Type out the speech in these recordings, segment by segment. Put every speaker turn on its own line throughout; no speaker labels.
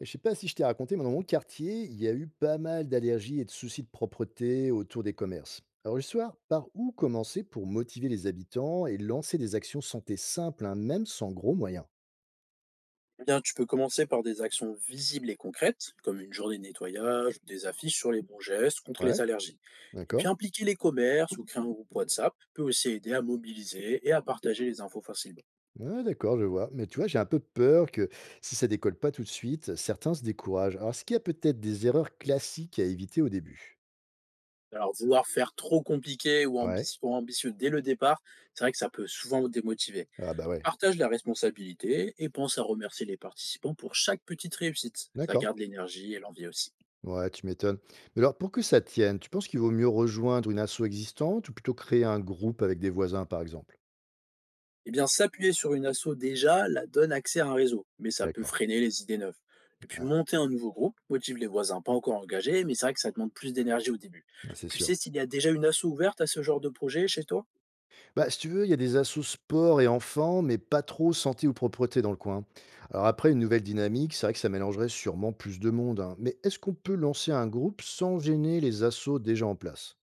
Et je sais pas si je t'ai raconté, mais dans mon quartier, il y a eu pas mal d'allergies et de soucis de propreté autour des commerces. Alors le soir, par où commencer pour motiver les habitants et lancer des actions santé simples, hein, même sans gros moyens?
Eh bien, tu peux commencer par des actions visibles et concrètes, comme une journée de nettoyage ou des affiches sur les bons gestes contre
Ouais,
les allergies. Et puis
d'accord.
impliquer les commerces ou créer un groupe WhatsApp peut aussi aider à mobiliser et à partager les infos facilement.
Ouais, d'accord, je vois. Mais tu vois, j'ai un peu peur que si ça décolle pas tout de suite, certains se découragent. Alors, est-ce qu'il y a peut-être des erreurs classiques à éviter au début?
Alors vouloir faire trop compliqué ou,
Ouais.
ambitieux dès le départ, c'est vrai que ça peut souvent démotiver.
Ah bah ouais.
Partage la responsabilité et pense à remercier les participants pour chaque petite réussite. Ça
D'accord.
garde l'énergie et l'envie aussi.
Ouais, tu m'étonnes. Mais alors, pour que ça tienne, tu penses qu'il vaut mieux rejoindre une asso existante ou plutôt créer un groupe avec des voisins, par exemple?
Eh bien, s'appuyer sur une asso déjà la donne accès à un réseau, mais ça peut
D'accord.
freiner les idées neuves. Et puis
Ah,
monter un nouveau groupe motive les voisins pas encore engagés, mais c'est vrai que ça demande plus d'énergie au début.
ah, c'est
Tu sais
sûr.
s'il y a déjà une asso ouverte à ce genre de projet chez toi?
Bah, si tu veux, il y a des assos sport et enfants, mais pas trop santé ou propreté dans le coin. Alors après, une nouvelle dynamique, c'est vrai que ça mélangerait sûrement plus de monde, hein. Mais est-ce qu'on peut lancer un groupe sans gêner les assos déjà en place?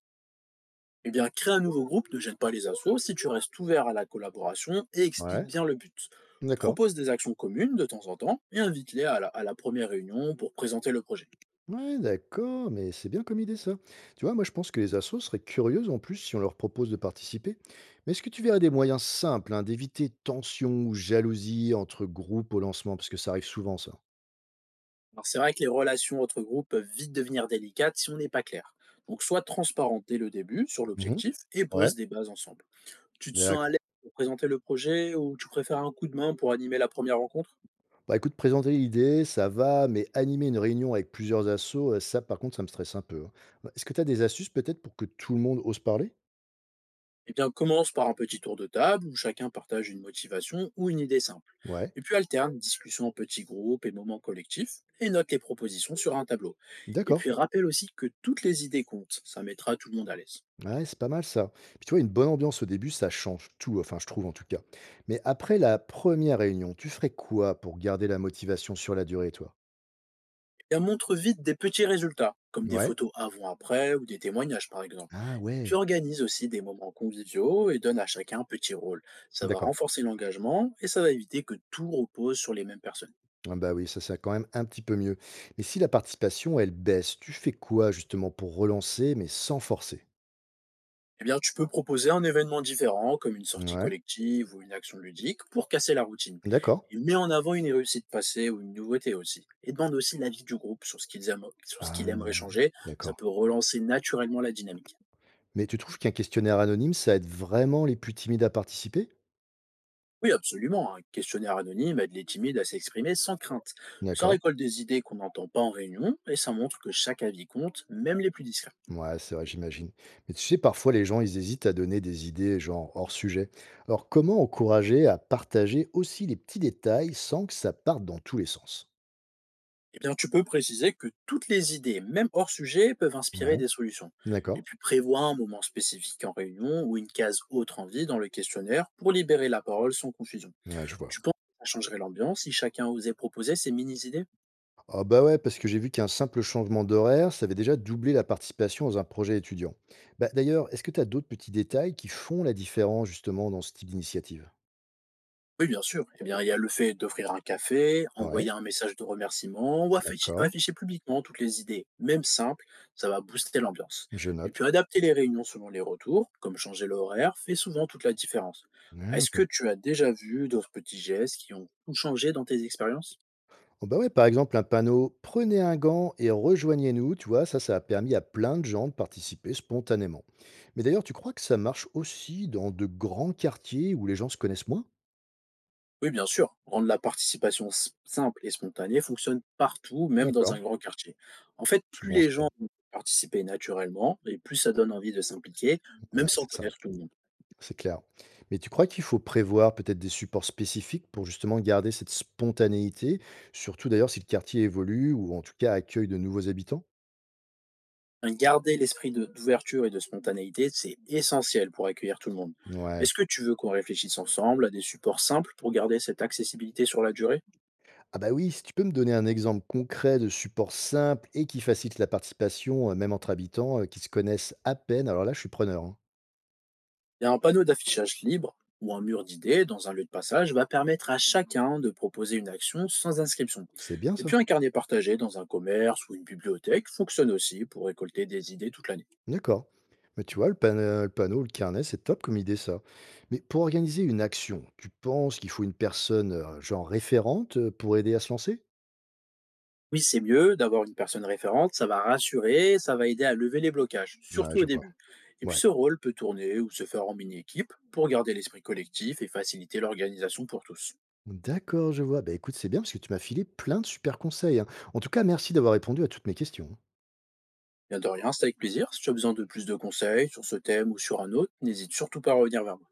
Eh bien, crée un nouveau groupe, ne jette pas les assos si tu restes ouvert à la collaboration et
Ouais,
explique bien le but.
d'accord.
Propose des actions communes de temps en temps et invite-les à la première réunion pour présenter le projet.
Ouais, d'accord, mais c'est bien comme idée ça. Tu vois, moi je pense que les assos seraient curieuses en plus si on leur propose de participer. Mais est-ce que tu verrais des moyens simples hein, d'éviter tension ou jalousie entre groupes au lancement? Parce que ça arrive souvent ça.
Alors, c'est vrai que les relations entre groupes peuvent vite devenir délicates si on n'est pas clair. Donc, sois transparent dès le début sur
Mhm.
l'objectif et
Ouais.
pose des bases ensemble. Tu te sens à
D'accord.
l'aise pour présenter le projet ou tu préfères un coup de main pour animer la première rencontre?
Bah écoute, présenter l'idée, ça va, mais animer une réunion avec plusieurs assos, ça par contre, ça me stresse un peu, hein. Est-ce que tu as des astuces peut-être pour que tout le monde ose parler?
Eh bien, commence par un petit tour de table où chacun partage une motivation ou une idée simple.
Ouais,
Et puis alterne discussion en petits groupes et moments collectifs et note les propositions sur un tableau. Et
d'accord.
puis rappelle aussi que toutes les idées comptent, ça mettra tout le monde à l'aise.
Ouais, c'est pas mal ça. Puis tu vois, une bonne ambiance au début, ça change tout, enfin je trouve en tout cas. Mais après la première réunion, tu ferais quoi pour garder la motivation sur la durée, toi?
Et bien, montre vite des petits résultats, comme des
Ouais?
photos avant-après ou des témoignages par exemple.
Ah
Et puis
ouais,
organise aussi des moments conviviaux et donne à chacun un petit rôle. Ça va
d'accord.
renforcer l'engagement et ça va éviter que tout repose sur les mêmes personnes.
Ah bah oui, ça c'est quand même un petit peu mieux. Mais si la participation, elle baisse, tu fais quoi justement pour relancer, mais sans forcer?
Eh bien, tu peux proposer un événement différent, comme une sortie
Ouais,
collective ou une action ludique, pour casser la routine.
d'accord.
Et mets en avant une réussite passée ou une nouveauté aussi. Et demande aussi l'avis du groupe sur ce qu'ils aiment, sur ce
Ah,
qu'il aimerait changer. Ça
d'accord.
peut relancer naturellement la dynamique.
Mais tu trouves qu'un questionnaire anonyme, ça aide vraiment les plus timides à participer?
Oui, absolument. Un questionnaire anonyme aide les timides à s'exprimer sans crainte. Ça
D'accord.
récolte des idées qu'on n'entend pas en réunion et ça montre que chaque avis compte, même les plus discrets.
Ouais, c'est vrai, j'imagine. Mais tu sais, parfois, les gens, ils hésitent à donner des idées, genre hors sujet. Alors, comment encourager à partager aussi les petits détails sans que ça parte dans tous les sens?
Eh bien, tu peux préciser que toutes les idées, même hors sujet, peuvent inspirer
Ouais,
des solutions. Et
d'accord.
puis prévois un moment spécifique en réunion ou une case autre envie dans le questionnaire pour libérer la parole sans confusion.
Ouais, je vois.
Tu penses que ça changerait l'ambiance si chacun osait proposer ses mini-idées?
Ah bah ouais, parce que j'ai vu qu'un simple changement d'horaire, ça avait déjà doublé la participation dans un projet étudiant. Bah, d'ailleurs, est-ce que tu as d'autres petits détails qui font la différence, justement, dans ce type d'initiative?
Oui, bien sûr. Eh bien, il y a le fait d'offrir un café,
Ouais,
envoyer un message de remerciement ou afficher,
d'accord.
afficher publiquement toutes les idées, même simples, ça va booster l'ambiance.
Je
Et
note.
puis, adapter les réunions selon les retours, comme changer l'horaire, fait souvent toute la différence.
Ah,
Est-ce que
ok.
tu as déjà vu d'autres petits gestes qui ont tout changé dans tes expériences?
Oh bah ouais, par exemple, un panneau «Prenez un gant et rejoignez-nous», tu vois, ça a permis à plein de gens de participer spontanément. Mais d'ailleurs, tu crois que ça marche aussi dans de grands quartiers où les gens se connaissent moins?
Oui, bien sûr. Rendre la participation simple et spontanée fonctionne partout, même dans
D'accord,
un grand quartier. En fait,
c'est
plus
bon à
les gens
savoir.
vont participer naturellement et plus ça donne envie de s'impliquer,
Ouais,
même sans
c'est ça,
connaître tout le monde.
c'est clair. Mais tu crois qu'il faut prévoir peut-être des supports spécifiques pour justement garder cette spontanéité, surtout d'ailleurs si le quartier évolue ou en tout cas accueille de nouveaux habitants?
Garder l'esprit de d'ouverture et de spontanéité, c'est essentiel pour accueillir tout le monde.
Ouais.
Est-ce que tu veux qu'on réfléchisse ensemble à des supports simples pour garder cette accessibilité sur la durée?
Ah bah oui, si tu peux me donner un exemple concret de support simple et qui facilite la participation, même entre habitants qui se connaissent à peine, alors là, je suis preneur, hein.
Et un panneau d'affichage libre ou un mur d'idées dans un lieu de passage va permettre à chacun de proposer une action sans inscription.
C'est bien
Et
ça.
puis un carnet partagé dans un commerce ou une bibliothèque fonctionne aussi pour récolter des idées toute l'année.
D'accord. Mais tu vois, le, le panneau, le carnet, c'est top comme idée ça. Mais pour organiser une action, tu penses qu'il faut une personne genre référente pour aider à se lancer.
Oui, c'est mieux d'avoir une personne référente, ça va rassurer, ça va aider à lever les blocages,
Ouais,
surtout au
je vois.
début. Et puis
Ouais.
ce rôle peut tourner ou se faire en mini-équipe pour garder l'esprit collectif et faciliter l'organisation pour tous.
D'accord, je vois. Bah écoute, c'est bien parce que tu m'as filé plein de super conseils, hein. En tout cas, merci d'avoir répondu à toutes mes questions.
Bien de rien, c'est avec plaisir. Si tu as besoin de plus de conseils sur ce thème ou sur un autre, n'hésite surtout pas à revenir vers moi.